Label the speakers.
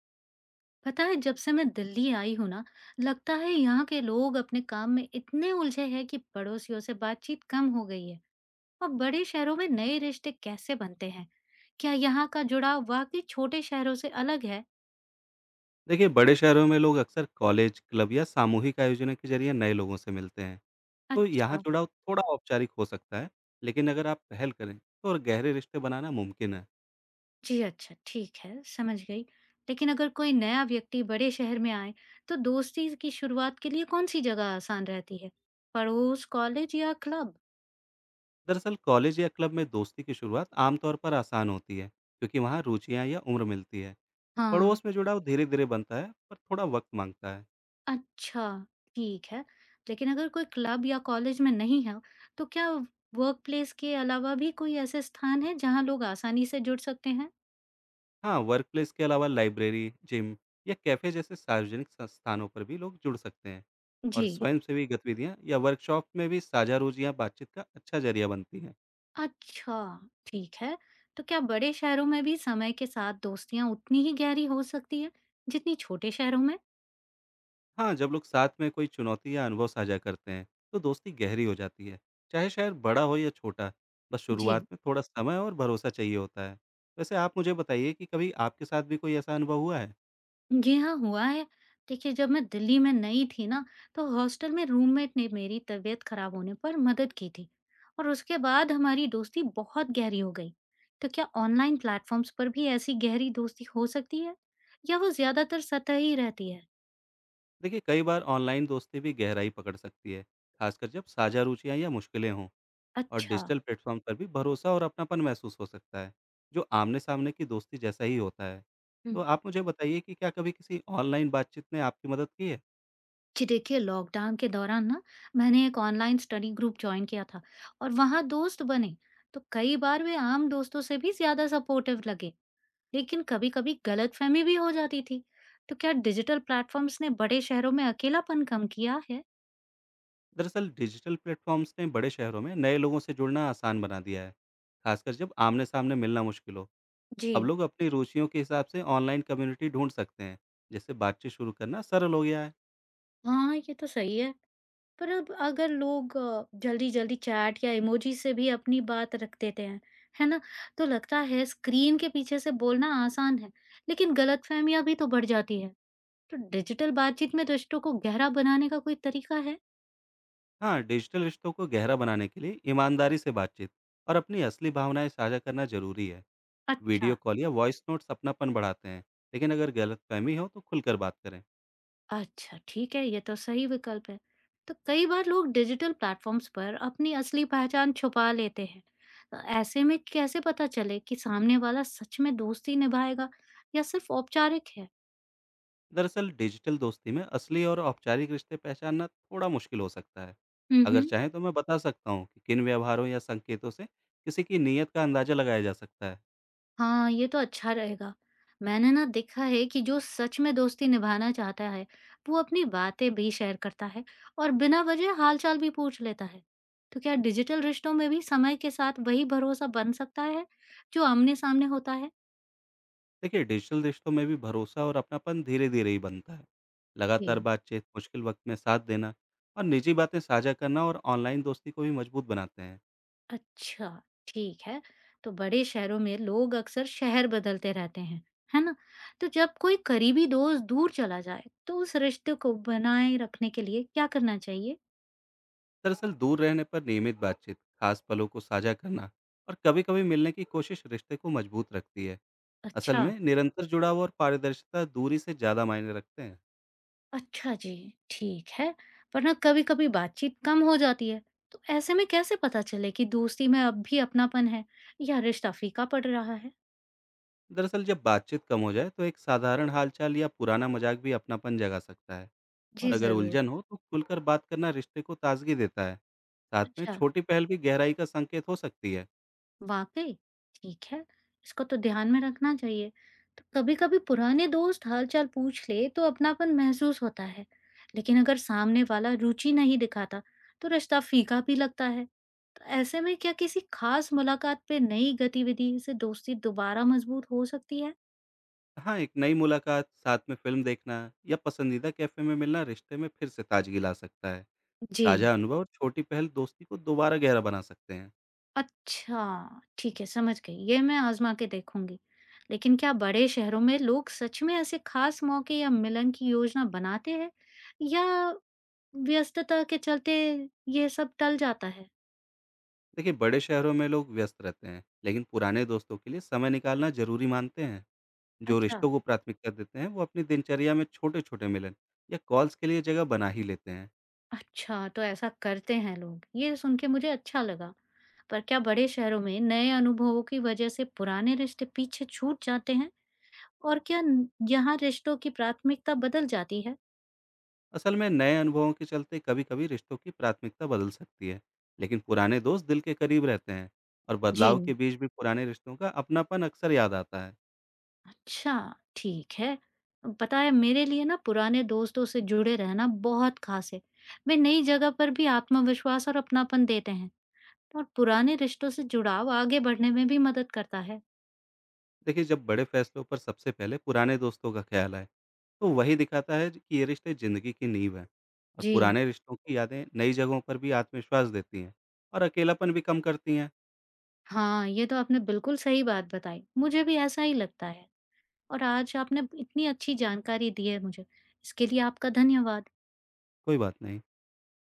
Speaker 1: पता है जब से मैं दिल्ली आई हूँ ना। लगता है यहाँ के लोग अपने काम में इतने उलझे हैं कि पड़ोसियों से बातचीत कम हो गई है। और बड़े शहरों में नए रिश्ते कैसे बनते हैं। क्या यहाँ का जुड़ाव वाकई छोटे शहरों से अलग है।
Speaker 2: देखिए बड़े शहरों में लोग अक्सर कॉलेज, क्लब या सामूहिक आयोजनों के जरिए नए लोगों से मिलते हैं। तो यहाँ
Speaker 1: अच्छा।
Speaker 2: जुड़ाव थोड़ा औपचारिक हो सकता है, लेकिन अगर आप पहल करें तो और गहरे रिश्ते बनाना मुमकिन है।
Speaker 1: जी अच्छा, ठीक है, समझ गई। लेकिन अगर कोई नया व्यक्ति बड़े शहर में आए, तो दोस्ती की शुरुआत के लिए कौन सी जगह आसान रहती है, पड़ोस, कॉलेज या क्लब।
Speaker 2: दरअसल कॉलेज या क्लब में दोस्ती की शुरुआत आमतौर पर आसान होती है, क्योंकि वहाँ रुचियाँ या उम्र मिलती है।
Speaker 1: हाँ।
Speaker 2: पड़ोस में जुड़ाव धीरे धीरे बनता है, पर थोड़ा वक्त मांगता है।
Speaker 1: अच्छा, ठीक है। लेकिन अगर कोई क्लब या कॉलेज में नहीं है, तो क्या वर्कप्लेस के अलावा भी कोई ऐसे स्थान हैं जहाँ लोग आसानी से जुड़ सकते हैं?
Speaker 2: हाँ, वर्क प्लेस के अलावा लाइब्रेरी, जिम या कैफ़े जैसे सार्वजनिक संस्थानों पर भी लोग जुड़ सकते हैं। और
Speaker 1: जी।
Speaker 2: स्वयंसेवी गतिविधियाँ या वर्कशॉप में भी साझा रुचियाँ बातचीत का अच्छा ज़रिया बनती हैं।
Speaker 1: अच्छा, ठीक है। तो क्या बड़े शहरों में भी समय के साथ दोस्तियाँ उतनी ही गहरी हो सकती है, जितनी छोटे शहरों में?
Speaker 2: हाँ, जब लोग साथ में कोई चुनौती या अनुभव साझा करते हैं, तो दोस्ती गहरी हो जाती है, चाहे शहर बड़ा हो या छोटा, बस
Speaker 1: जी।
Speaker 2: शुरुआत में थोड़ा समय और भरोसा चाहिए होता है। वैसे आप मुझे बताइए कि कभी आपके साथ भी कोई ऐसा अनुभव हुआ है?
Speaker 1: जी हाँ, हुआ है। देखिए, जब मैं दिल्ली में नई थी ना, तो हॉस्टल में रूममेट ने मेरी तबीयत खराब होने पर मदद की थी और उसके बाद हमारी दोस्ती बहुत गहरी हो गई। तो क्या ऑनलाइन प्लेटफॉर्म्स पर भी ऐसी गहरी दोस्ती हो सकती है या वो ज़्यादातर सतही रहती है?
Speaker 2: देखिए, कई बार ऑनलाइन दोस्ती भी गहराई पकड़ सकती है, खासकर जब साझा रुचियाँ या मुश्किलें हों। और
Speaker 1: अच्छा।
Speaker 2: डिजिटल प्लेटफ़ॉर्म पर भी भरोसा और अपनापन महसूस हो सकता है, जो आमने-सामने की दोस्ती जैसा ही होता है।
Speaker 1: हम्म।
Speaker 2: तो आप मुझे बताइए कि क्या कभी किसी ऑनलाइन बातचीत ने आपकी मदद की है?
Speaker 1: जी देखिए, लॉकडाउन के दौरान ना, मैंने एक ऑनलाइन स्टडी ग्रुप जॉइन किया था और वहाँ दोस्त बने। तो कई बार वे आम दोस्तों से भी ज़्यादा सपोर्टिव लगे। लेकिन कभी-कभी गलतफहमी भी हो जाती थी। तो क्या डिजिटल प्लेटफ़ॉर्म्स ने बड़े शहरों में अकेलापन कम किया है?
Speaker 2: दरअसल डिजिटल प्लेटफ़ॉर्म्स ने बड़े शहरों में नए लोगों से जुड़ना आसान बना दिया है, खासकर जब आमने-सामने मिलना मुश्किल हो।
Speaker 1: जी।
Speaker 2: अब लोग अपनी रुचियों के हिसाब से ऑनलाइन कम्युनिटी ढूँढ सकते हैं, जिससे बातचीत शुरू करना सरल हो गया है।
Speaker 1: हाँ, ये तो सही है। पर अब अगर लोग जल्दी-जल्दी चैट या इमोजी से भी अपनी बात रख देते हैं, है ना? तो लगता है स्क्रीन के पीछे से बोलना आसान है, लेकिन गलतफहमियाँ भी तो बढ़ जाती है। तो डिजिटल बातचीत में रिश्तों को गहरा बनाने का कोई तरीका है?
Speaker 2: हाँ, डिजिटल रिश्तों को गहरा बनाने के लिए ईमानदारी से बातचीत और अपनी असली भावनाएँ साझा करना ज़रूरी है।
Speaker 1: अच्छा।
Speaker 2: वीडियो कॉल या वॉइस नोट्स अपनापन बढ़ाते हैं, लेकिन अगर गलतफहमी हो तो खुलकर बात करें।
Speaker 1: अच्छा, ठीक है, ये तो सही विकल्प है। तो कई बार लोग डिजिटल प्लेटफ़ॉर्म्स पर अपनी असली पहचान छुपा लेते हैं। ऐसे में कैसे पता चले कि सामने वाला सच में दोस्ती निभाएगा या सिर्फ़ औपचारिक है?
Speaker 2: दरअसल डिजिटल दोस्ती में असली और औपचारिक रिश्ते पहचानना थोड़ा मुश्किल हो सकता है।
Speaker 1: हुँ,
Speaker 2: अगर
Speaker 1: हुँ।
Speaker 2: चाहें तो मैं बता सकता हूँ कि किन व्यवहारों या संकेतों से किसी की नीयत का अंदाजा लगाया जा सकता है।
Speaker 1: हाँ, ये तो अच्छा रहेगा। मैंने ना देखा है कि जो सच में दोस्ती निभाना चाहता है, वो अपनी बातें भी शेयर करता है और बिना वजह हाल-चाल भी पूछ लेता है। तो क्या डिजिटल रिश्तों में भी समय के साथ वही भरोसा बन सकता है, जो आमने-सामने होता है?
Speaker 2: देखिए डिजिटल रिश्तों में भी भरोसा और अपनापन धीरे धीरे ही बनता है।
Speaker 1: जी।
Speaker 2: लगातार बातचीत, मुश्किल वक्त में साथ देना और निजी बातें साझा करना और ऑनलाइन दोस्ती को भी मजबूत बनाते हैं।
Speaker 1: अच्छा, ठीक है। तो बड़े शहरों में लोग अक्सर शहर बदलते रहते हैं, है ना? तो जब कोई करीबी दोस्त दूर चला जाए, तो उस रिश्ते को बनाए रखने के लिए क्या करना चाहिए?
Speaker 2: दरअसल दूर रहने पर नियमित बातचीत, खास पलों को साझा करना और कभी कभी मिलने की कोशिश रिश्ते को मजबूत रखती है। असल
Speaker 1: अच्छा,
Speaker 2: में निरंतर जुड़ाव और पारदर्शिता दूरी से ज्यादा मायने रखते हैं।
Speaker 1: अच्छा जी, ठीक है। पर ना कभी-कभी बातचीत कम हो जाती है, तो ऐसे में कैसे पता चले कि दोस्ती में अब भी अपनापन है या रिश्ता फीका पड़ रहा है?
Speaker 2: दरअसल जब बातचीत कम हो जाए तो एक साधारण हालचाल या पुराना मजाक भी अपनापन जगा सकता है।
Speaker 1: जी,
Speaker 2: और अगर
Speaker 1: ज़रूर।
Speaker 2: उलझन हो तो खुलकर बात करना रिश्ते को ताजगी देता है। साथ में
Speaker 1: अच्छा।
Speaker 2: छोटी पहल भी गहराई का संकेत हो सकती है।
Speaker 1: वाक़ई! ठीक है, इसको तो ध्यान में रखना चाहिए। तो कभी-कभी पुराने दोस्त हाल-चाल पूछ ले तो अपनापन महसूस होता है, लेकिन अगर सामने वाला रुचि नहीं दिखाता तो रिश्ता फीका भी लगता है। तो ऐसे में क्या किसी खास मुलाकात पे नई गतिविधि से दोस्ती दोबारा मजबूत हो सकती है?
Speaker 2: हाँ, एक नई मुलाकात, साथ में फिल्म देखना या पसंदीदा कैफे में मिलना रिश्ते में फिर से ताजगी ला सकता है।
Speaker 1: जी।
Speaker 2: साझा अनुभव और छोटी पहल दोस्ती को दोबारा गहरा बना सकते हैं।
Speaker 1: अच्छा, ठीक है, समझ गई। ये मैं आज़मा के देखूँगी। लेकिन क्या बड़े शहरों में लोग सच में ऐसे खास मौके या मिलन की योजना बनाते हैं या व्यस्तता के चलते ये सब टल जाता है।
Speaker 2: देखिए बड़े शहरों में लोग व्यस्त रहते हैं, लेकिन पुराने दोस्तों के लिए समय निकालना जरूरी मानते हैं। जो
Speaker 1: अच्छा,
Speaker 2: रिश्तों को प्राथमिकता देते हैं वो अपनी दिनचर्या में छोटे छोटे मिलन या कॉल्स के लिए जगह बना ही लेते हैं।
Speaker 1: अच्छा तो ऐसा करते हैं लोग, ये सुन के मुझे अच्छा लगा। पर क्या बड़े शहरों में नए अनुभवों की वजह से पुराने रिश्ते पीछे छूट जाते हैं? और क्या यहाँ रिश्तों की प्राथमिकता बदल जाती है?
Speaker 2: असल में नए अनुभवों के चलते कभी कभी रिश्तों की प्राथमिकता बदल सकती है, लेकिन पुराने दोस्त दिल के करीब रहते हैं। और
Speaker 1: जी।
Speaker 2: बदलाव के बीच भी पुराने रिश्तों का अपनापन अक्सर याद आता है।
Speaker 1: अच्छा, ठीक है। पता है मेरे लिए ना पुराने दोस्तों से जुड़े रहना बहुत खास है। वे नई जगह पर भी आत्मविश्वास और अपनापन देते हैं और पुराने रिश्तों से जुड़ाव आगे बढ़ने में भी मदद करता है।
Speaker 2: देखिए जब बड़े फैसलों पर सबसे पहले पुराने दोस्तों का ख्याल आए, तो वही दिखाता है कि ये रिश्ते ज़िंदगी की नींव है। और
Speaker 1: जी।
Speaker 2: पुराने रिश्तों की यादें नई जगहों पर भी आत्मविश्वास देती हैं और अकेलापन भी कम करती हैं।
Speaker 1: हाँ, ये तो आपने बिल्कुल सही बात बताई। मुझे भी ऐसा ही लगता है और आज आपने इतनी अच्छी जानकारी दी है मुझे। इसके लिए आपका धन्यवाद।
Speaker 2: कोई बात नहीं।